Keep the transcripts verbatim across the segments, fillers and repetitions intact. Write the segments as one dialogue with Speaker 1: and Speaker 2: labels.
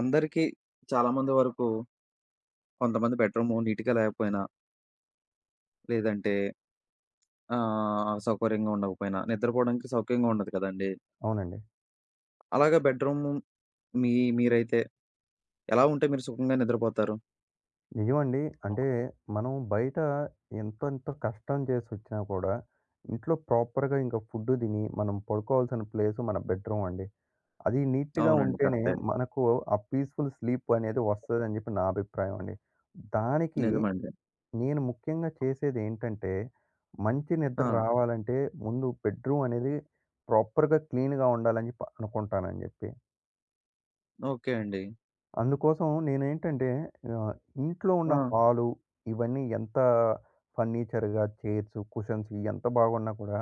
Speaker 1: అందరికీ చాలామంది వరకు కొంతమంది బెడ్‌రూము నీట్‌గా లేకపోయినా, లేదంటే ఆహ్, సౌకర్యంగా ఉండకపోయినా నిద్రపోవడానికి సౌఖ్యంగా ఉండదు కదండీ!
Speaker 2: అవునండి.
Speaker 1: అలాగా బెడ్‌రూము మీ మీరైతే ఎలా ఉంటే మీరు సుఖంగా నిద్రపోతారు?
Speaker 2: నిజమండి. అంటే మనం బయట ఎంతెంత కష్టం చేసొచ్చినా కూడా, ఇంట్లో ప్రాపర్‌గా ఇంక ఫుడ్ తిని, మనం పడుకోవాల్సిన ప్లేస్ మన బెడ్‌రూమ్ అండి. అది నీట్‌గా
Speaker 1: అవునండి.
Speaker 2: ఉంటేనే
Speaker 1: కరెక్టే.
Speaker 2: మనకు ఆ పీస్‌ఫుల్ స్లీప్ అనేది వస్తదని చెప్పి నా అభిప్రాయం అండి. దానికి
Speaker 1: నిజమండి.
Speaker 2: నేను ముఖ్యంగా చేసేదేంటంటే, మంచి నిద్ర
Speaker 1: ఆ!
Speaker 2: రావాలంటే ముందు బెడ్‌రూమ్ అనేది ప్రాపర్‌గా క్లీన్‌గా ఉండాలని చెప్పి అనుకుంటానని చెప్పి.
Speaker 1: ఓకే అండి.
Speaker 2: అందుకోసం నేనేంటంటే ఆహ్, ఇంట్లో
Speaker 1: ఆ!
Speaker 2: ఉన్న హాలు ఇవన్నీ ఎంత ఫర్నిచర్‌గా చైర్స్, కుషన్స్ ఇయి ఎంత బాగున్నా కూడా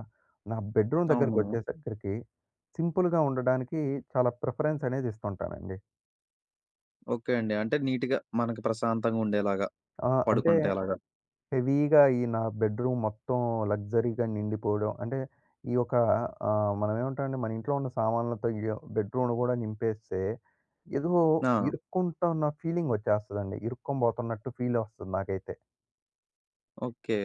Speaker 2: నా బెడ్‌రూమ్
Speaker 1: అవును.
Speaker 2: దగ్గరికొచ్చేసరికి సింపుల్‌గా ఉండడానికి చాలా ప్రిఫరెన్స్ అనేది ఇస్తుంటానండి.
Speaker 1: ఓకే అండి. అంటే నీట్‌గా మనకు ప్రశాంతంగా ఉండేలాగా
Speaker 2: ఆ! అంటే
Speaker 1: పడుకుంటే అలాగా.
Speaker 2: హెవీగా ఈ నా బెడ్‌రూమ్ మొత్తం లగ్జరీగా నిండిపోవడం అంటే ఈ యొక్క ఆహ్, మనం ఏమంటామంటే మన ఇంట్లో ఉన్న సామాన్లతో ఈ బెడ్‌రూమ్‌ను కూడా నింపేస్తే ఏదో
Speaker 1: ఆ!
Speaker 2: ఇరుక్కుంటున్న ఫీలింగ్ వచ్చేస్తదండి. ఇరుక్కొని పోతున్నట్టు ఫీల్ వస్తుంది నాకైతే.
Speaker 1: ఓకే.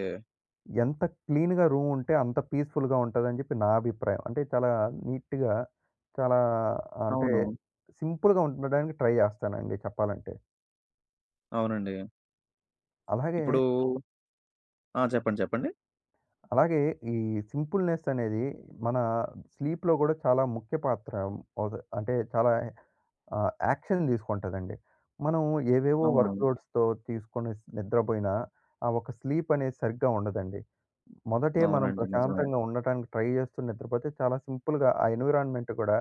Speaker 2: ఎంత క్లీన్‌గా రూమ్ ఉంటే అంత పీస్‌ఫుల్‌గా ఉంటదని చెప్పి నా అభిప్రాయం. అంటే చాలా నీట్‌గా, చాలా అంటే
Speaker 1: అవును.
Speaker 2: సింపుల్‌గా ఉండడానికి ట్రై చేస్తానండి చెప్పాలంటే.
Speaker 1: అవునండి.
Speaker 2: అలాగే
Speaker 1: ఇప్పుడు ఆ! చెప్పండి. చెప్పండి.
Speaker 2: అలాగే ఈ సింపుల్‌నెస్ అనేది మన స్లీప్‌లో గూడా చాలా ముఖ్య పాత్ర ఒద అంటే చాలా ఆహ్, యాక్షన్ తీసుకుంటదండి. మనం ఏవేవో హ్మ్. వర్క్
Speaker 1: అవునవును.
Speaker 2: లోడ్స్‌తో తీసుకొని నిద్రపోయినా ఆ ఒక స్లీప్ అనేది సరిగ్గా ఉండదండి. మొదటే మనం
Speaker 1: అవునండి. నిజమే.
Speaker 2: ప్రశాంతంగా ఉండటానికి ట్రై చేస్తూ నిద్రపోతే చాలా సింపుల్‌గా ఆ ఎన్విరాన్మెంట్ కూడా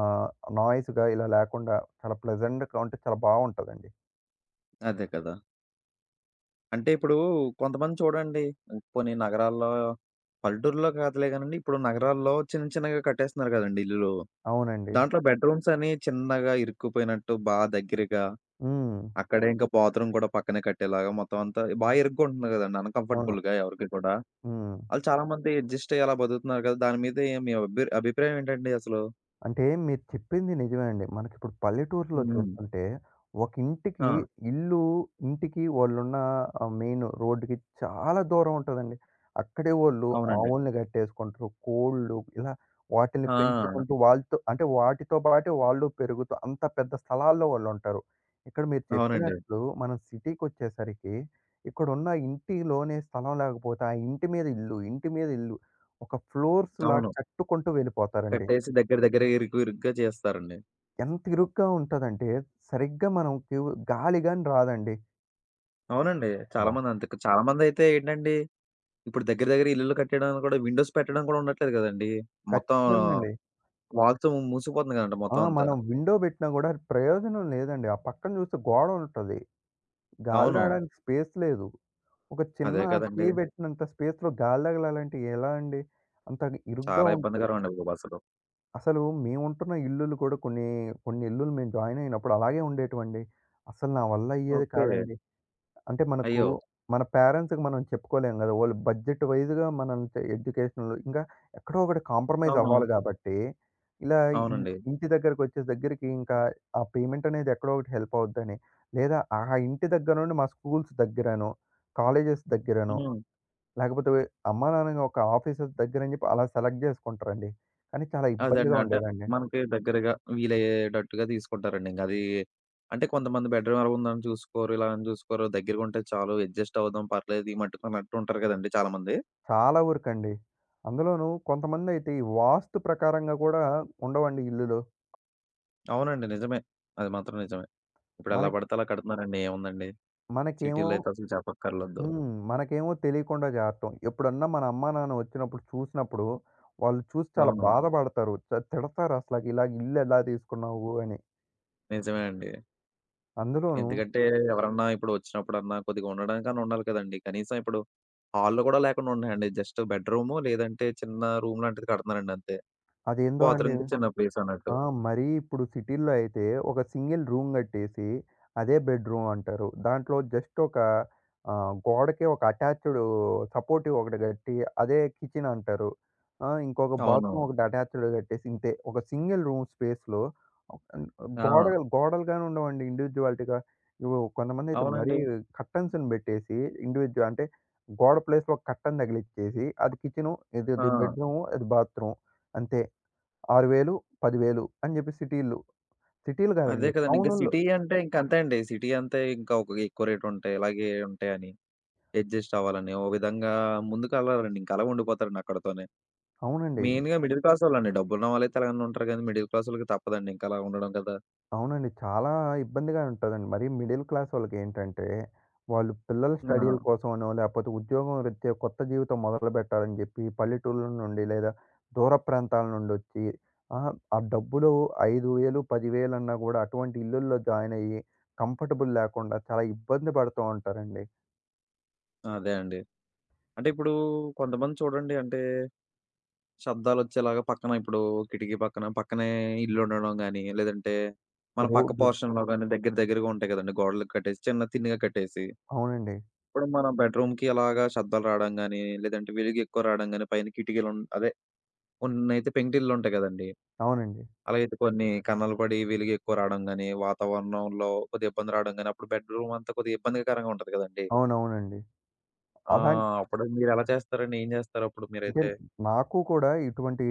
Speaker 2: ఆహ్, నాయిస్‌గా ఇలా లేకుండా చాలా ప్లెజెంట్‌గా ఉంటే చాలా బావుంటదండి.
Speaker 1: అదే కదా! అంటే ఇప్పుడు కొంతమంది చూడండి, పోనీ నగరాల్లో పల్లెటూరులో కాదులే గానండి. ఇప్పుడు నగరాల్లో చిన్న చిన్నగా కట్టేస్తున్నారు కదండీ ఇల్లులు.
Speaker 2: అవునండి.
Speaker 1: దాంట్లో బెడ్‌రూమ్స్ అని చిన్నగా ఇరుక్కుపోయినట్టు బా దగ్గరగా,
Speaker 2: హ్మ్.
Speaker 1: అక్కడే ఇంకా బాత్రూమ్ కూడా పక్కనే కట్టేలాగా మొత్తం అంతా బా ఇరుక్కుంటుంది కదండీ
Speaker 2: అవును.
Speaker 1: అన్‌కంఫర్టబుల్‌గా ఎవరికి కూడా.
Speaker 2: హ్మ్.
Speaker 1: ఆళ్ళు చాలామంది అడ్జస్ట్ అయ్యి అలా బతుకుతున్నారు కదా! దాని మీద ఏ మీ అభి అభిప్రాయం ఏంటండి అసలు?
Speaker 2: అంటే మీరు చెప్పింది నిజమే అండి. మనకిప్పుడు పల్లెటూరులో
Speaker 1: హ్మ్.
Speaker 2: చూస్తుంటే, ఒక ఇంటికి
Speaker 1: ఆ!
Speaker 2: ఇల్లు, ఇంటికి వాళ్ళున్న ఆహ్, మెయిన్ రోడ్డుకి చాలా దూరం ఉంటదండి. అక్కడే వోళ్ళు
Speaker 1: అవునండి.
Speaker 2: ఆవుల్ని కట్టేసుకుంటారు. కోళ్ళు ఇలా వాటిల్ని
Speaker 1: ఆ!
Speaker 2: పెంచుకుంటూ వాళ్ళతో అంటే వాటితో పాటే వాళ్ళు పెరుగుతూ అంత పెద్ద స్థలాల్లో వాళ్ళుంటారు. ఇక్కడ మీరు
Speaker 1: అవునండి.
Speaker 2: చెప్పినట్లు మనం సిటీకొచ్చేసరికి ఇక్కడున్న ఇంటిలోనే స్థలం లేకపోతే, ఆ ఇంటి మీద ఇల్లు, ఇంటి మీద ఇల్లు ఒక ఫ్లోర్స్‌లా
Speaker 1: అవును.
Speaker 2: కట్టుకుంటూ వెళ్ళిపోతారండి.
Speaker 1: కట్టేసి దగ్గర దగ్గర ఇరుకు ఇరుగ్గా చేస్తారండి.
Speaker 2: ఎంత ఇరుగ్గా ఉంటదంటే, సరిగ్గా మనకి గాలి గాని రాదండి.
Speaker 1: అవునండి.
Speaker 2: అమ్మో!
Speaker 1: చాలామంది అంతే. చాలామందైతే ఏంటండి, ఇప్పుడు దగ్గర దగ్గర ఇల్లులు కట్టేయడానికి కూడా విండోస్ పెట్టడం కూడా ఉండట్లేదు గదండీ! మొత్తం
Speaker 2: ఖచ్చితంగండి.
Speaker 1: వాల్స్ మూసుకుపోతుంది గదండీ
Speaker 2: ఆ!
Speaker 1: మొత్తం అంతా.
Speaker 2: మనం విండో పెట్టినా గూడా ప్రయోజనం లేదండి. ఆ పక్కన చూస్తే గోడ ఉంటది. గాలి
Speaker 1: అవును.
Speaker 2: రాడానికి స్పేస్ లేదు. ఒక చిన్న
Speaker 1: అదే కదండీ!
Speaker 2: చేయి పెట్టినంత స్పేస్‌లో గాలి తగలాలంటే ఎలా అండి? అంత ఇరుగ్గా
Speaker 1: చాలా
Speaker 2: ఉంటది.
Speaker 1: ఇబ్బందికరం అండి బాబు అసలు.
Speaker 2: అసలు మేముంటున్న ఇల్లులు కూడా కొన్ని, కొన్ని ఇల్లులు మేము జాయిన్ అయినప్పుడు అలాగే ఉండేటివండి. అసలు నా వల్ల అయ్యేది
Speaker 1: ఓకే.
Speaker 2: కాదండి. అంటే మనకు
Speaker 1: అయ్యో!
Speaker 2: మన పేరెంట్స్‌కి మనం చెప్పుకోలేం గదా! వాళ్ళు బడ్జెట్ వైస్‌గా మనం చే ఎడ్యుకేషన్‌లో ఇంకా ఎక్కడో ఒకటి కాంప్రమైజ్
Speaker 1: అవును.
Speaker 2: అవ్వాలి గాబట్టి, ఇలా ఇన్
Speaker 1: అవునండి.
Speaker 2: ఇంటి దగ్గరకొచ్చే దగ్గరికి ఇంకా ఆ పేమెంట్ అనేది ఎక్కడో ఒకటి హెల్ప్ అవుద్దని, లేదా ఆ ఇంటి దగ్గర నుండి మా స్కూల్స్ దగ్గరనో, కాలేజెస్ దగ్గరనో,
Speaker 1: హ్మ్.
Speaker 2: లేకపోతే అమ్మా నాన్న ఒక ఆఫీసెస్ దగ్గరని జెప్పి అలా సెలెక్ట్ జేసుకుంటారండి. కానీ చాలా
Speaker 1: అదండి.
Speaker 2: ఇబ్బందిగా
Speaker 1: అంటే
Speaker 2: ఉండేదండి.
Speaker 1: మనకి దగ్గరగా వీలయ్యేటట్టుగా తీసుకుంటారండి. ఇంక అది అంటే కొంతమంది బెడ్‌రూమ్ ఎలా ఉందని చూసుకోరు, ఇలా అని చూసుకోరు. దగ్గరగుంటే చాలు అడ్జస్ట్ అవుదాం పర్లేదు ఈ మట్టుకు అన్నట్టు ఉంటారు గదండీ చాలామంది.
Speaker 2: చాలా వరకండి. అందులోనూ కొంతమందైతే ఈ వాస్తు ప్రకారంగా గూడా ఉండవండి ఇల్లులు.
Speaker 1: అవునండి. నిజమే. అది మాత్రం నిజమే. ఇప్పుడు
Speaker 2: మన
Speaker 1: ఎలా పడితే అలా కడుతున్నారండి. ఏముందండి?
Speaker 2: మనకేమో
Speaker 1: సిటీలో అయితే అసలు చెప్పక్కర్లేదు.
Speaker 2: హ్మ్. మనకేమో తెలియకుండా చేత్తం. ఎప్పుడన్నా మన అమ్మా, నాన్న వచ్చినప్పుడు చూసినప్పుడు, వాళ్ళు చూసి చాలా
Speaker 1: అవును.
Speaker 2: బాధపడతారు. త తిడతారసలకి ఇలా ఇల్లు ఎలా తీసుకున్నావు అని.
Speaker 1: నిజమే అండి.
Speaker 2: అందులోనూ
Speaker 1: ఎందుకంటే ఎవరన్నా ఇప్పుడు వచ్చినప్పుడన్నా కొద్దిగా ఉండడానికన్నా ఉండాలి కదండీ. కనీసం ఇప్పుడు హాల్లు కూడా లేకుండా ఉన్నాయండి. జస్ట్ బెడ్‌రూము లేదంటే చిన్న రూమ్ లాంటిది కడుతున్నారండి అంతే.
Speaker 2: అదేందో అండి.
Speaker 1: బాత్రూమ్‌కి చిన్న ప్లేస్ అన్నట్టు.
Speaker 2: ఆ! మరీ ఇప్పుడు సిటీల్లో అయితే ఒక సింగిల్ రూమ్ కట్టేసి అదే బెడ్‌రూమ్ అంటారు. దాంట్లో జస్ట్ ఒక ఆహ్, గోడకి ఒక అటాచ్‌డు సపోర్టివ్ ఒకటి కట్టి అదే కిచెన్ అంటారు. ఆ! ఇంకొక
Speaker 1: అవును.
Speaker 2: బాత్రూమ్ ఒకటి అటాచ్‌డ్ కట్టేసి ఇంతే. ఒక సింగిల్ రూమ్ స్పేస్‌లో అన్
Speaker 1: ఆ!
Speaker 2: గోడలు గోడలుగాని ఉండవండి ఇండివిడ్యువాలిటీగా. ఇగో కొంతమందైతే మరీ
Speaker 1: అవునండి.
Speaker 2: కర్టెన్స్‌ని పెట్టేసి ఇండివిడ్యు అంటే గోడ ప్లేస్‌లో కర్టెన్ తగిలిచ్చేసి అది కిచెను, ఇది
Speaker 1: ఆ!
Speaker 2: ఇది బెడ్‌రూము, ఇది బాత్రూమ్ అంతే. ఆరు వేలు, పది వేలు అని చెప్పి సిటీలు సిటీలు
Speaker 1: అదే
Speaker 2: కాదండి.
Speaker 1: కదండీ. ఇంకా
Speaker 2: టౌనుల్లో
Speaker 1: సిటీ అంటే ఇంక అంతే అండి. సిటీ అంతే ఇంకా ఒక ఎక్కువ రేట్ ఉంటాయి. ఇలాగే ఉంటాయని అడ్జస్ట్ అవ్వాలని ఓ విధంగా ముందుకెళ్ళరండి. ఇంక అలా ఉండిపోతారండి అక్కడితోనే.
Speaker 2: అవునండి.
Speaker 1: మెయిన్‌గా మిడిల్ క్లాసోళ్ళండి. డబ్బున్న వాళ్ళైతే అలాగనే ఉంటారు గానీ, మిడిల్ క్లాసోళ్ళకి తప్పదండి ఇంక అలా ఉండడం కదా!
Speaker 2: అవునండి. చాలా ఇబ్బందిగా ఉంటదండి. మరీ మిడిల్ క్లాస్ వాళ్ళకేంటంటే, వాళ్ళు పిల్లల
Speaker 1: ఆ!
Speaker 2: స్టడీల కోసమనో, లేకపోతే ఉద్యోగం రీత్యా కొత్త జీవితం మొదలుపెట్టాలని చెప్పి పల్లెటూళ్ళ నుండి లేదా దూర ప్రాంతాల నుండొచ్చి ఆహ్, ఆ ఆ డబ్బులు ఐదు వేలు, పది వేలు అన్నా గూడా అటువంటి ఇల్లుల్లో జాయిన్ అయ్యి కంఫర్టబుల్ లేకుండా చాలా ఇబ్బంది పడుతూ ఉంటారండి.
Speaker 1: అదే అండి. అంటే ఇప్పుడు కొంతమంది చూడండి అంటే శబ్దాలొచ్చేలాగా పక్కన ఇప్పుడు కిటికీ పక్కన, పక్కనే ఇల్లుండడం గానీ, లేదంటే మన పక్క
Speaker 2: రోడ్డు
Speaker 1: పోర్షన్‌లో గానీ దగ్గర దగ్గరగా ఉంటాయి కదండీ గోడలకి కట్టేసి, చిన్న తిన్నగా కట్టేసి.
Speaker 2: అవునండి.
Speaker 1: ఇప్పుడు మన బెడ్‌రూమ్‌కి అలాగా శబ్దాలు రాడం గానీ, లేదంటే వెలుగు ఎక్కువ రాడం గానీ, పైన కిటికీలున్ అదే కొన్నైతే పెంకుటిల్లుంటాయి కదండీ!
Speaker 2: అవునండి.
Speaker 1: అలాగైతే కొన్ని కన్నాలు పడి వెలుగు ఎక్కువ రావడం గాని, వాతావరణంలో కొద్దిగా ఇబ్బంది రావడం గాని, అప్పుడు బెడ్ రూమ్ అంతా కొద్దిగా ఇబ్బందికరంగా ఉంటది కదండీ!
Speaker 2: అవునవునండి.
Speaker 1: ఆ!
Speaker 2: అలాంటి
Speaker 1: అప్పుడు మీరెలా చేస్తారండి? ఏం చేస్తారు అప్పుడు
Speaker 2: అంటే
Speaker 1: మీరైతే?
Speaker 2: నాకు కూడా ఇటువంటి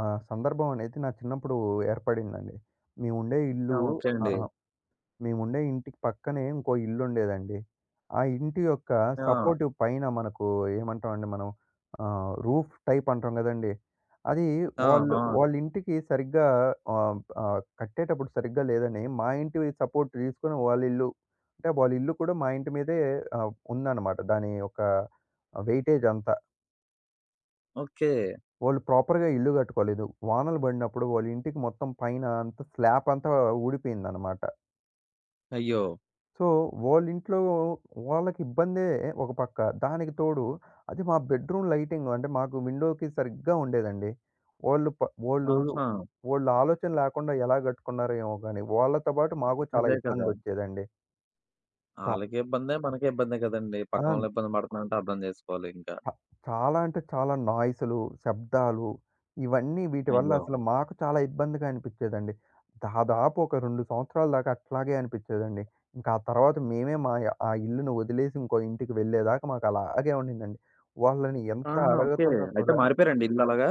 Speaker 2: ఆహ్, సందర్భం అనేది నా చిన్నప్పుడు ఏర్పడిందండి. మేముండే
Speaker 1: ఆ!
Speaker 2: ఇల్లు
Speaker 1: ఓకే
Speaker 2: ఆ!
Speaker 1: అండి.
Speaker 2: ఆ! మేముండే ఇంటికి పక్కనే ఇంకో ఇల్లుండేదండి. ఆ ఇంటి యొక్క
Speaker 1: ఆ!
Speaker 2: సపోర్టివ్ పైన మనకు ఏమంటామండి మనం ఆహ్, రూఫ్ టైప్ అంటాం గదండీ! అది
Speaker 1: ఆ!
Speaker 2: వాళ్ళు
Speaker 1: ఆ!
Speaker 2: వాళ్ళ ఇంటికి సరిగ్గా ఆహ్, ఆహ్, కట్టేటప్పుడు సరిగ్గా లేదని మా ఇంటి సపోర్ట్ తీసుకొని వాళ్ళ ఇల్లు అంటే వాళ్ళ ఇల్లు కూడా మా ఇంటి మీదే ఆహ్, ఉందన్నమాట. దాని యొక్క వెయిటేజ్ అంతా.
Speaker 1: ఓకే.
Speaker 2: వాళ్ళు ప్రాపర్‌గా ఇల్లు కట్టుకోలేదు. వానలు పడినప్పుడు వాళ్ళ ఇంటికి మొత్తం పైన అంతా స్లాప్ అంతా ఊడిపోయిందనమాట.
Speaker 1: అయ్యో!
Speaker 2: సో, వాళ్ళింట్లో వాళ్ళకి ఇబ్బందే ఒక పక్క. దానికి తోడు అది మా బెడ్‌రూమ్ లైటింగ్ అంటే మాకు విండోకి సరిగ్గా ఉండేదండి. వాళ్ళు ప వాళ్ళు
Speaker 1: ఆహా!
Speaker 2: వాళ్ళ ఆలోచన లేకుండా ఎలా కట్టుకున్నారో ఏమో గాని, వాళ్ళతో పాటు మాకు చాలా
Speaker 1: అదే కదా!
Speaker 2: ఇబ్బందొచ్చేదండి. చ
Speaker 1: ఆళ్ళకి ఇబ్బందే, మనకి ఇబ్బందే కదండీ!
Speaker 2: ఆ!
Speaker 1: పక్కనోళ్ళు ఇబ్బంది పడుతున్నారంటే అర్థం చేసుకోవాలి ఇంకా.
Speaker 2: చ చాలా అంటే చాలా నాయిసులు, శబ్దాలు ఇవన్నీ వీటి వల్ల
Speaker 1: అయ్యో!
Speaker 2: హ్మ్. అసలు మాకు చాలా ఇబ్బందిగా అనిపిచ్చేదండి. దాదాపు ఒక రెండు సంవత్సరాల దాకా అట్లాగే అనిపిచ్చేదండి. ఇంకా ఆ తర్వాత మేమే మా య ఆ ఇల్లుని వదిలేసి ఇంకో ఇంటికి వెళ్ళేదాకా మాకు అలాగే ఉండిందండి. వాళ్ళని ఎంత
Speaker 1: ఆహా! ఓకే.
Speaker 2: అడగతున్నా
Speaker 1: అయితే
Speaker 2: కూడా
Speaker 1: మారిపోయారండి ఇల్లు అలాగా?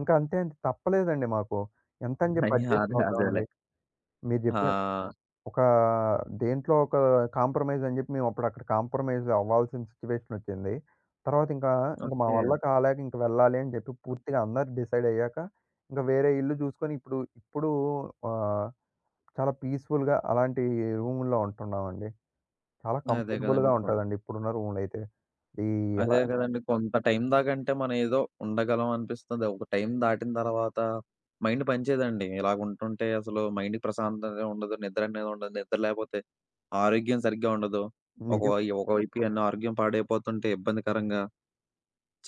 Speaker 2: ఇంకా అంతే అండి తప్పలేదండి మాకు. ఎంతని జెప్పి
Speaker 1: అయ్యా!
Speaker 2: అడ్జస్ట్
Speaker 1: అదే అదేలే.
Speaker 2: అవుతామండి. మీరు
Speaker 1: ఆ!
Speaker 2: జెప్పిన ఒక దేంట్లో ఒక కాంప్రమైజ్ అని జెప్పి మేమప్పుడు అక్కడ కాంప్రమైజ్ అవ్వాల్సిన సిట్యుయేషన్ ఒచ్చింది. తర్వాత ఇంకా, ఇంక మా హ్మ్.
Speaker 1: ఓకే.
Speaker 2: వల్ల కాలేక ఇంక వెళ్ళాలి అని జెప్పి పూర్తిగా అందరూ డిసైడ్ అయ్యాక, ఇంక వేరే ఇల్లు జూసుకొని ఇప్పుడు, ఇప్పుడు ఆహ్, చాలా పీస్‌ఫుల్‌గా అలాంటి రూముల్లో ఉంటున్నామండి. చాలా
Speaker 1: అదే కదండీ!
Speaker 2: కంఫర్టబుల్‌గా ఉంటదండి ఇప్పుడున్న రూములైతే. ఈ ఎలా
Speaker 1: అదే గదండీ. కొంత టైం దాకంటే మనం ఏదో ఉండగలం అనిపిస్తది. ఒక టైం దాటిన తర్వాత మైండ్ పనిచేయదండి. ఇలాగుంటుంటే అసలు మైండ్‌కి ప్రశాంతత ఉండదు. నిద్ర అనేది ఉండదు. నిద్ర లేపోతే ఆరోగ్యం సరిగ్గా ఉండదు. ఒక
Speaker 2: నిజం
Speaker 1: వై ఒకవైపు ఇయన్నీ ఆరోగ్యం పాడైపోతుంటే ఇబ్బందికరంగా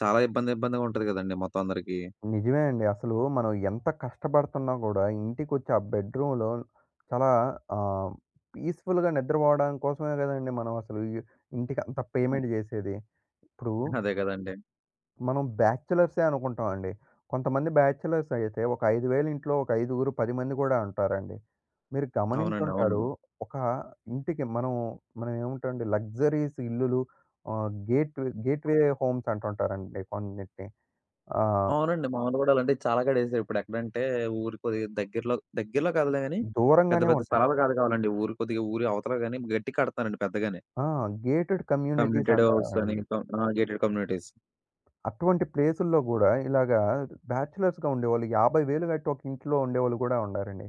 Speaker 1: చాలా ఇబ్బంది ఇబ్బందిగా ఉంటది గదండీ మొత్తం అందరికి.
Speaker 2: నిజమే అండి. అసలు మనం ఎంత కష్టపడుతున్నా గూడా, ఇంటికొచ్చి ఆ బెడ్‌రూమ్‌లో చాలా ఆహ్, పీస్‌ఫుల్‌గా నిద్రపోవడం కోసమే గదండీ మనం అసలు ఈ ఇంటికంత పేమెంట్ జేసేది. ఇప్పుడు
Speaker 1: అదే గదండీ.
Speaker 2: మనం బ్యాచ్‌లర్సే అనుకుంటామండి. కొంతమంది బ్యాచ్‌లర్స్ అయితే ఒక ఐదు వేలు ఇంట్లో ఒక ఐదుగురు, పది మంది గూడా ఉంటారండి. మీరు
Speaker 1: అవునండి. అవును.
Speaker 2: గమనించుంటారు. ఒక ఇంటికి మనం మనం ఏమంటామండి లగ్జరీస్ ఇల్లులు ఆహ్, గేట్ గేట్‌వే హోమ్స్ అంటుంటారండి కొన్నిటిని. ఆహ్,
Speaker 1: అవునండి. మాములు గూడా అలాంటివి చాలా కడేశారు. ఇప్పుడెక్కడంటే ఊరు కొద్దిగా దగ్గరలో దగ్గరలో కాదులే గానీ పెద్ద
Speaker 2: దూరంగానే
Speaker 1: పెద్ద
Speaker 2: ఉంటాయి.
Speaker 1: స్థలాలు కాదు కావాలండి. ఊరు కొద్దిగా ఊరి అవతల గాని గట్టిగా కడతన్నారండి పెద్దగానే.
Speaker 2: ఆ! గేటెడ్ కమ్యూనిటీస్
Speaker 1: కమ్యూనిటీడ్ హౌస్ అని
Speaker 2: అంటారండి.
Speaker 1: కం ఆ! Gated communities.
Speaker 2: అటువంటి ప్లేసుల్లో గూడా ఇలాగా బ్యాచిలర్స్‌గా ఉండేవాళ్ళు యాభై వేలు కట్టి ఒక ఇంట్లో ఉండేవాళ్ళు గూడా ఉన్నారండి.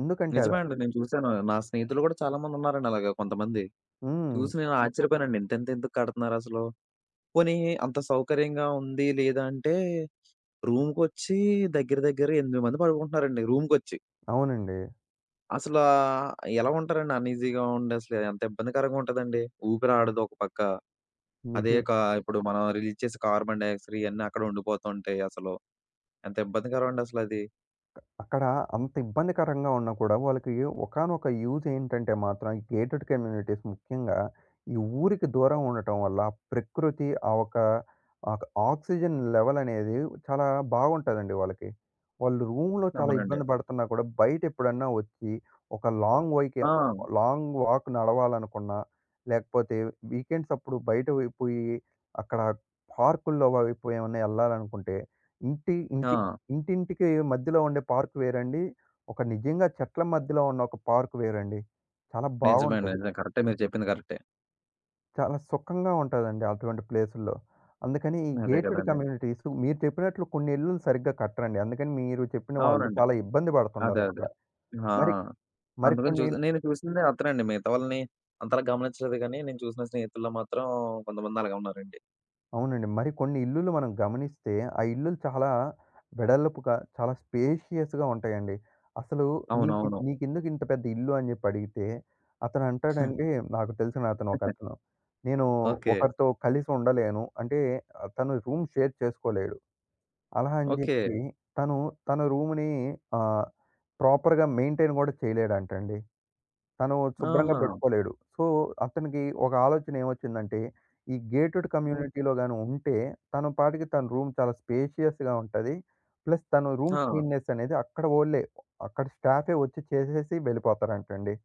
Speaker 2: ఎందుకంటే
Speaker 1: నిజమే
Speaker 2: అలా
Speaker 1: అండి. నేను చూసాను. నా స్నేహితులు కూడా చాలామందున్నారండి అలాగా కొంతమంది.
Speaker 2: హ్మ్.
Speaker 1: చూసి నేను ఓకే. ఆశ్చర్యపోయానండి. ఇంతింత ఎందుకు కడుతున్నారసలు? పోనీ అంత సౌకర్యంగా ఉంది లేదా అంటే రూమ్‌కొచ్చి దగ్గర దగ్గర ఎనిమిది మంది పడుకుంటున్నారండి రూమ్‌కొచ్చి.
Speaker 2: అవునండి.
Speaker 1: అసలా ఎలా ఉంటారండి అన్‌ఈజీగా ఉండి అసలు ఎంత ఇబ్బందికరంగా ఉంటదండి. ఊపిరాడదు ఒక పక్క. అదే
Speaker 2: నిజం.
Speaker 1: కా ఇప్పుడు మనం రిలీజ్ చేసే కార్బన్ డయాక్సైడ్ ఇయన్నీ అక్కడ ఉండిపోతుంటాయి అసలు. ఎంత ఇబ్బందికరం అండి అసలది.
Speaker 2: అక్కడ అంత ఇబ్బందికరంగా ఉన్నా కూడా వాళ్ళకి ఒకానొక యూజ్ ఏంటంటే మాత్రం ఈ గేటెడ్ కమ్యూనిటీస్ ముఖ్యంగా ఈ ఊరికి దూరం
Speaker 1: అవును.
Speaker 2: ఉండటం వల్ల ఆ ప్రకృతి ఆ ఒక ఆ ఒక ఆక్సిజన్ లెవెల్ అనేది చాలా బాగుంటుందండి వాళ్ళకి. వాళ్ళు రూమ్‌లో చాలా అవును.
Speaker 1: అవునండి.
Speaker 2: ఇబ్బంది పడుతున్నా కూడా బయట ఎప్పుడన్నా వచ్చి ఒక లాంగ్ వైకి
Speaker 1: ఆ!
Speaker 2: లాంగ్ వాక్ నడవాలనుకున్నా, లేకపోతే వీకెండ్స్ అప్పుడు బయట పోయి అక్కడ పార్కుల్లో అవి పోయి ఏమన్నా ఎళ్ళాలనుకుంటే ఇంటి ఇంటి
Speaker 1: ఆ!
Speaker 2: ఇంటింటికి మధ్యలో ఉండే పార్క్ వేరండి. ఒక నిజంగా చెట్ల మధ్యలో ఉన్న ఒక పార్క్ వేరండి. చాలా
Speaker 1: నిజమండి.
Speaker 2: బావుంటది.
Speaker 1: నిజం. కరెక్టే మీరు చెప్పింది కరెక్టే.
Speaker 2: చాలా సుఖంగా ఉంటదండి అటువంటి ప్లేసుల్లో. అందుకని ఈ
Speaker 1: అదే
Speaker 2: గేటెడ్
Speaker 1: కదండీ!
Speaker 2: కమ్యూనిటీస్ మీరు చెప్పినట్లు కొన్ని ఇల్లులు సరిగ్గా కట్టరండి. అందుకని మీరు చెప్పిన వాళ్ళు
Speaker 1: అవునండి.
Speaker 2: చాలా ఇబ్బంది
Speaker 1: అదే. అదే.
Speaker 2: పడుతున్నారక్కడ.
Speaker 1: ఆ!
Speaker 2: మరి మరి
Speaker 1: అందుకని
Speaker 2: కొన్ని
Speaker 1: చూసి నేను చూసిందే అతనండి. మిగతా వాళ్ళని అంతలా గమనించలేదు గానీ, నేను చూసిన స్నేహితుల్లో మాత్రం కొంతమంది అలాగే ఉన్నారండి.
Speaker 2: అవునండి. మరి కొన్ని ఇల్లులు మనం గమనిస్తే, ఆ ఇల్లులు చాలా వెడల్పుగా, చాలా స్పేషియస్‌గా ఉంటాయండి. అసలు "నీకి
Speaker 1: అవునవును.
Speaker 2: నీకెందుకు ఇంత పెద్ద ఇల్లు అని జెప్పి అడిగితే, అతను అంటాడండి నాకు తెలిసిన అతను ఒకతను, నేను
Speaker 1: ఓకే.
Speaker 2: ఒకరితో కలిసి ఉండలేను. అంటే ఆహ్, తను రూమ్ షేర్ చేసుకోలేడు. అలా అని
Speaker 1: ఓకే.
Speaker 2: జెప్పి తను తన రూమ్‌ని ఆహ్, ప్రాపర్‌గా మెయింటైన్ గూడా చేయలేడంటండి. తను శుభ్రంగా
Speaker 1: ఆహా!
Speaker 2: పెట్టుకోలేడు. సో, అతనికి ఒక ఆలోచన ఏమొచ్చిందంటే, ఈ గేటెడ్
Speaker 1: హ్మ్.
Speaker 2: కమ్యూనిటీలో గాని ఉంటే, తన పాటికి తన రూమ్ చాలా స్పేషియస్‌గా ఉంటది. ప్లస్ తను రూమ్
Speaker 1: ఆ!
Speaker 2: క్లీన్‌నెస్ అనేది అక్కడ ఓళ్ళే, అక్కడ స్టాఫే వచ్చి చేసేసి వెళ్ళిపోతారంటండి.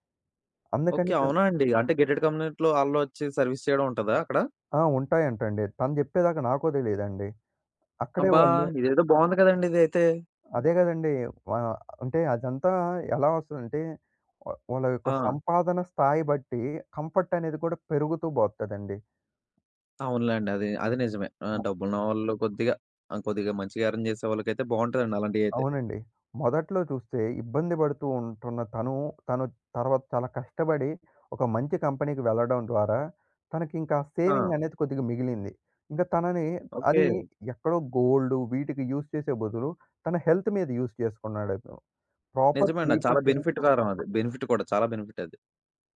Speaker 1: ఓకే.
Speaker 2: అందుకని తను
Speaker 1: అవునా అండి? అంటే గేటెడ్ కమ్యూనిటీలో ఆళ్ళొచ్చి సర్విస్ చేయడం ఉంటదా అక్కడ?
Speaker 2: ఆ! ఉంటాయంటండి. తను చెప్పేదాకా నాకూ తెలీదండి. అక్కడే
Speaker 1: అబ్బా!
Speaker 2: వాళ్ళు
Speaker 1: ఇదేదో బావుంది కదండీ ఇదైతే.
Speaker 2: అదే గదండీ! ఆహ్, అంటే అదంతా ఎలా వస్తదంటే, వ వాళ్ళ యొక్క
Speaker 1: ఆ!
Speaker 2: సంపాదన స్థాయి బట్టి కంఫర్ట్ అనేది కూడా పెరుగుతూ బోతదండి.
Speaker 1: అవునులేండి. అది, అది నిజమే. ఆ! డబ్బులున్నవాళ్ళు కొద్దిగా, ఆ! కొద్దిగా మంచిగా అరేంజ్ చేసే వాళ్ళకైతే బావుంటదండి అలాంటియైతే.
Speaker 2: అవునండి. మొదట్లో చూస్తే ఇబ్బంది పడుతూ ఉంటున్న తను, తను తర్వాత చాలా కష్టపడి ఒక మంచి కంపెనీకి వెళ్ళడం ద్వారా తనకింకా
Speaker 1: ఆ!
Speaker 2: సేవింగ్ అనేది కొద్దిగా మిగిలింది. ఇంకా తనని
Speaker 1: ఓకే.
Speaker 2: అది ఎక్కడో గోల్డ్ వీటికి యూజ్ చేసే బదులు తన హెల్త్ మీద యూజ్ చేసుకున్నాడు అతను. ప్రాపర్
Speaker 1: నిజమేండి. అది
Speaker 2: స్లీప్
Speaker 1: చాలా
Speaker 2: ఉంటేనే
Speaker 1: బెనిఫిట్ కారం అది. బెనిఫిట్ కూడా చాలా బెనిఫిట్ అది.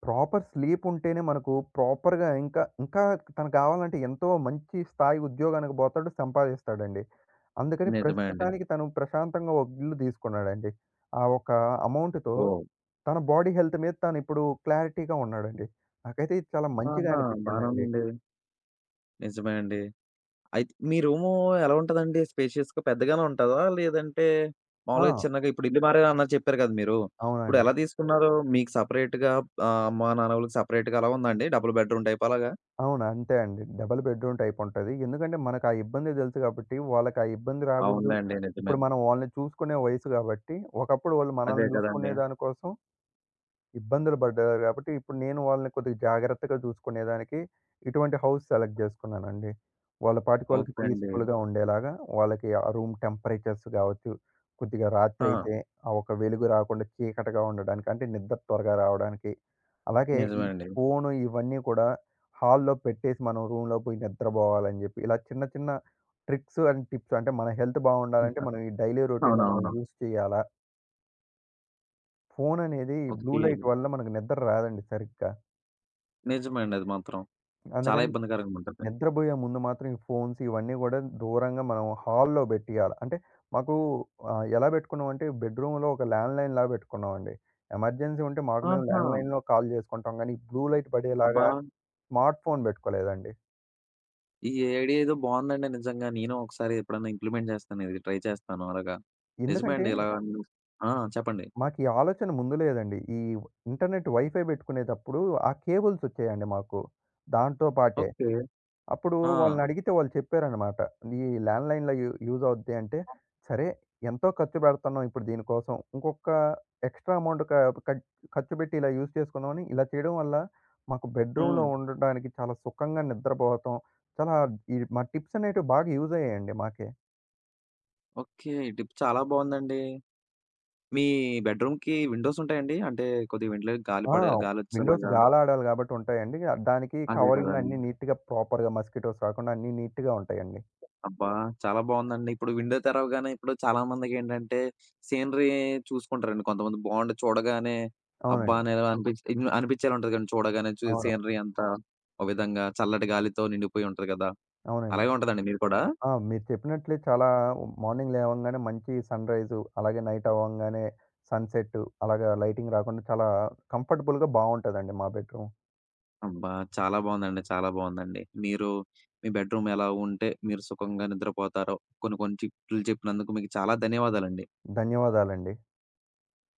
Speaker 2: ప్రాపర్ స్లీప్ ఉంటేనే మనకు ప్రాపర్‌గా ఇంకా, ఇంకా తనకు కావాలంటే ఎంతో మంచి స్థాయి ఉద్యోగానికి పోతాడు, సంపాదిస్తాడండి. అందుకని
Speaker 1: నిజమే అండి.
Speaker 2: ప్రస్తుతానికి తను ప్రశాంతంగా ఒక ఇల్లు తీసుకున్నాడండి. ఆ ఒక అమౌంట్‌తో
Speaker 1: ఓహ్!
Speaker 2: తన బాడీ హెల్త్ మీద తను ఇప్పుడు క్లారిటీగా ఉన్నాడండి. నాకైతే ఇది చాలా మంచిగా
Speaker 1: ఆహా! బానే
Speaker 2: అనిపించిందండి.
Speaker 1: ఉందండి. నిజమే అండి. అయితే మీ రూము ఎలా ఉంటదండి? స్పేషియస్‌గా పెద్దగానే ఉంటదా? లేదంటే మామూలుగా
Speaker 2: ఆ!
Speaker 1: చిన్నగా ఇప్పుడు ఇల్లు మారానన్నారు చెప్పారు కదా మీరు. ఇప్పుడు
Speaker 2: అవునండి.
Speaker 1: ఎలా తీసుకున్నారు? మీకు సెపరేట్‌గా ఆహ్, అమ్మా, నాన్న వాళ్ళకి సెపరేట్‌గా అలా ఉందా అండి? డబుల్ బెడ్‌రూమ్ టైప్ అలాగా?
Speaker 2: అవును. అంతే అండి. డబుల్ బెడ్‌రూమ్ టైప్ ఉంటది. ఎందుకంటే మనకు ఆ ఇబ్బంది తెలుసు కాబట్టి వాళ్ళకి ఆ ఇబ్బంది రాకూడదు.
Speaker 1: అవునులెండి. నిజమే.
Speaker 2: ఇప్పుడు మనం వాళ్ళని చూసుకునే వయసు కాబట్టి, ఒకప్పుడు వాళ్ళు
Speaker 1: అదే
Speaker 2: మనల్ని
Speaker 1: కదండీ.
Speaker 2: చూసుకునే దానికోసం ఇబ్బందులు పడ్డారు కాబట్టి, ఇప్పుడు నేను వాళ్ళని కొద్దిగా జాగ్రత్తగా చూసుకునేదానికి ఇటువంటి హౌస్ సెలెక్ట్ చేసుకున్నానండి. వాళ్ళ పాటికి వాళ్ళకి
Speaker 1: ఓకే అండి.
Speaker 2: పీస్‌ఫుల్‌గా ఉండేలాగా, వాళ్ళకి ఆ రూమ్ టెంపరేచర్స్ గావచ్చు, కొద్దిగా
Speaker 1: ఆ!
Speaker 2: రాత్రయితే ఆ ఒక వెలుగు రాకుండా చీకటిగా ఉండడానికి, అంటే నిద్ర త్వరగా రావడానికి, అలాగే ఈ
Speaker 1: నిజమే అండి.
Speaker 2: ఫోను ఇవన్నీ కూడా హాల్‌లో పెట్టేసి మనం రూమ్‌లో పోయి నిద్రబోవాలని జెప్పి, ఇలా చిన్న చిన్న ట్రిక్స్ అండ్ టిప్స్ అంటే మన హెల్త్ బావుండాలంటే మనం ఈ డైలీ రొటీన్‌లో మనం
Speaker 1: అవునవును.
Speaker 2: యూజ్ చేయాలా? ఫోను అనేది బ్లూ
Speaker 1: ఓకే.
Speaker 2: లైట్ వల్ల మనకు నిద్ర రాదండి సరిగ్గా.
Speaker 1: నిజమే అండి అది మాత్రం. చాలా
Speaker 2: అందుకని
Speaker 1: ఇబ్బందికరంగా ఉంటది.
Speaker 2: నిద్రబోయే ముందు మాత్రం ఈ ఫోన్స్ ఇవన్నీ గూడా దూరంగా మనం హాల్‌లో పెట్టియాల. అంటే మాకు ఆహ్, ఎలా పెట్టుకున్నామంటే బెడ్‌రూమ్‌లో ఒక ల్యాండ్‌లైన్‌లాగా పెట్టుకున్నామండి. ఎమర్జెన్సీ ఉంటే మాకు మేము
Speaker 1: ఆహా!
Speaker 2: ల్యాండ్‌లైన్‌లో కాల్ చేసుకుంటాం గానీ, బ్లూ లైట్
Speaker 1: అబ్బా!
Speaker 2: పడేలాగా స్మార్ట్ ఫోన్ పెట్టుకోలేదండి.
Speaker 1: ఈ ఐడియా ఏదో బావుందండి నిజంగా. నేను ఒకసారి ఎప్పుడన్నా ఇంప్లిమెంట్ చేస్తాను. ఇది ట్రై చేస్తాను అలాగా. నిజమే
Speaker 2: ఎందుకంటే
Speaker 1: అండి. ఇలా ఓకే. అన్ ఆ! చెప్పండి.
Speaker 2: మాకు ఈ ఆలోచన ముందు లేదండి. ఈ ఇంటర్నెట్ వైఫై పెట్టుకునేటప్పుడు ఆ కేబుల్స్ వచ్చాయండి మాకు దాంతో పాటే.
Speaker 1: ఓకే.
Speaker 2: అప్పుడు
Speaker 1: ఆ!
Speaker 2: వాళ్ళని అడిగితే వాళ్ళు చెప్పారనమాట. ఈ ల్యాండ్‌లైన్‌లో యూ యూజ్ అవుద్ది అంటే, సరే ఎంతో ఖర్చు పెడుతున్నాం ఇప్పుడు దీనికోసం. ఇంకొక ఎక్స్‌ట్రా అమౌంట్ క కట్ ఖర్చు పెట్టి ఇలా యూజ్ చేసుకుందామని ఇలా చేయడం వల్ల మాకు బెడ్‌రూమ్‌లో
Speaker 1: హ్మ్.
Speaker 2: ఉండడానికి చాలా సుఖంగా నిద్రపోతాం. చాలా ఈ మా టిప్స్ అనేటివి బాగా యూజ్ అయ్యాయండి మాకే.
Speaker 1: ఓకే. టిప్ చాలా బావుందండి. మీ బెడ్‌రూమ్‌కి విండోస్ ఉంటాయండి? అంటే కొద్దిగా వెంటిలే గాలి
Speaker 2: ఆ!
Speaker 1: పడే
Speaker 2: విండోస్
Speaker 1: గాలొచ్చేలాగా.
Speaker 2: గాలాడాలి కాబట్టి ఉంటాయండి. ఆహ్, దానికి
Speaker 1: అదే
Speaker 2: కవరింగ్
Speaker 1: కదండీ.
Speaker 2: అన్నీ నీట్‌గా ప్రాపర్‌గా మస్కిటోస్ రాకుండా అన్నీ నీట్‌గా ఉంటాయండి.
Speaker 1: అబ్బా! చాలా బావుందండి. ఇప్పుడు విండో తెరవగానే ఇప్పుడు చాలామందికేంటంటే, సీనరీ చూసుకుంటారండి. కొంతమంది బావుండి చూడగానే, అబ్బా!
Speaker 2: అవునండి.
Speaker 1: అనేలా అనిపిచ్చి ఇన్ అనిపిచ్చేలా ఉంటది కదండీ చూడగానే. చూ
Speaker 2: అవును.
Speaker 1: సీనరీ అంతా ఒక విధంగా చల్లటి గాలితో నిండిపోయి ఉంటది కదా!
Speaker 2: అవునండి.
Speaker 1: అలాగే ఉంటదండి మీది కూడా?
Speaker 2: ఆ! మీరు చెప్పినట్లే చాలా మార్నింగ్ లేవంగానే మంచి సన్‌రైజు, అలాగే నైట్ అవ్వంగానే సన్‌సెట్టు, అలాగా లైటింగ్ రాకుండా చాలా కంఫర్టబుల్‌గా బావుంటదండి మా బెడ్‌రూమ్.
Speaker 1: అబ్బా! చాలా బావుందండి. చాలా బావుందండి. మీరు మీ బెడ్‌రూమ్ ఎలా ఉంటే మీరు సుఖంగా నిద్రపోతారో, కొన్ని కొన్ని చిట్కులు చెప్పినందుకు మీకు చాలా ధన్యవాదాలండి.
Speaker 2: ధన్యవాదాలండి.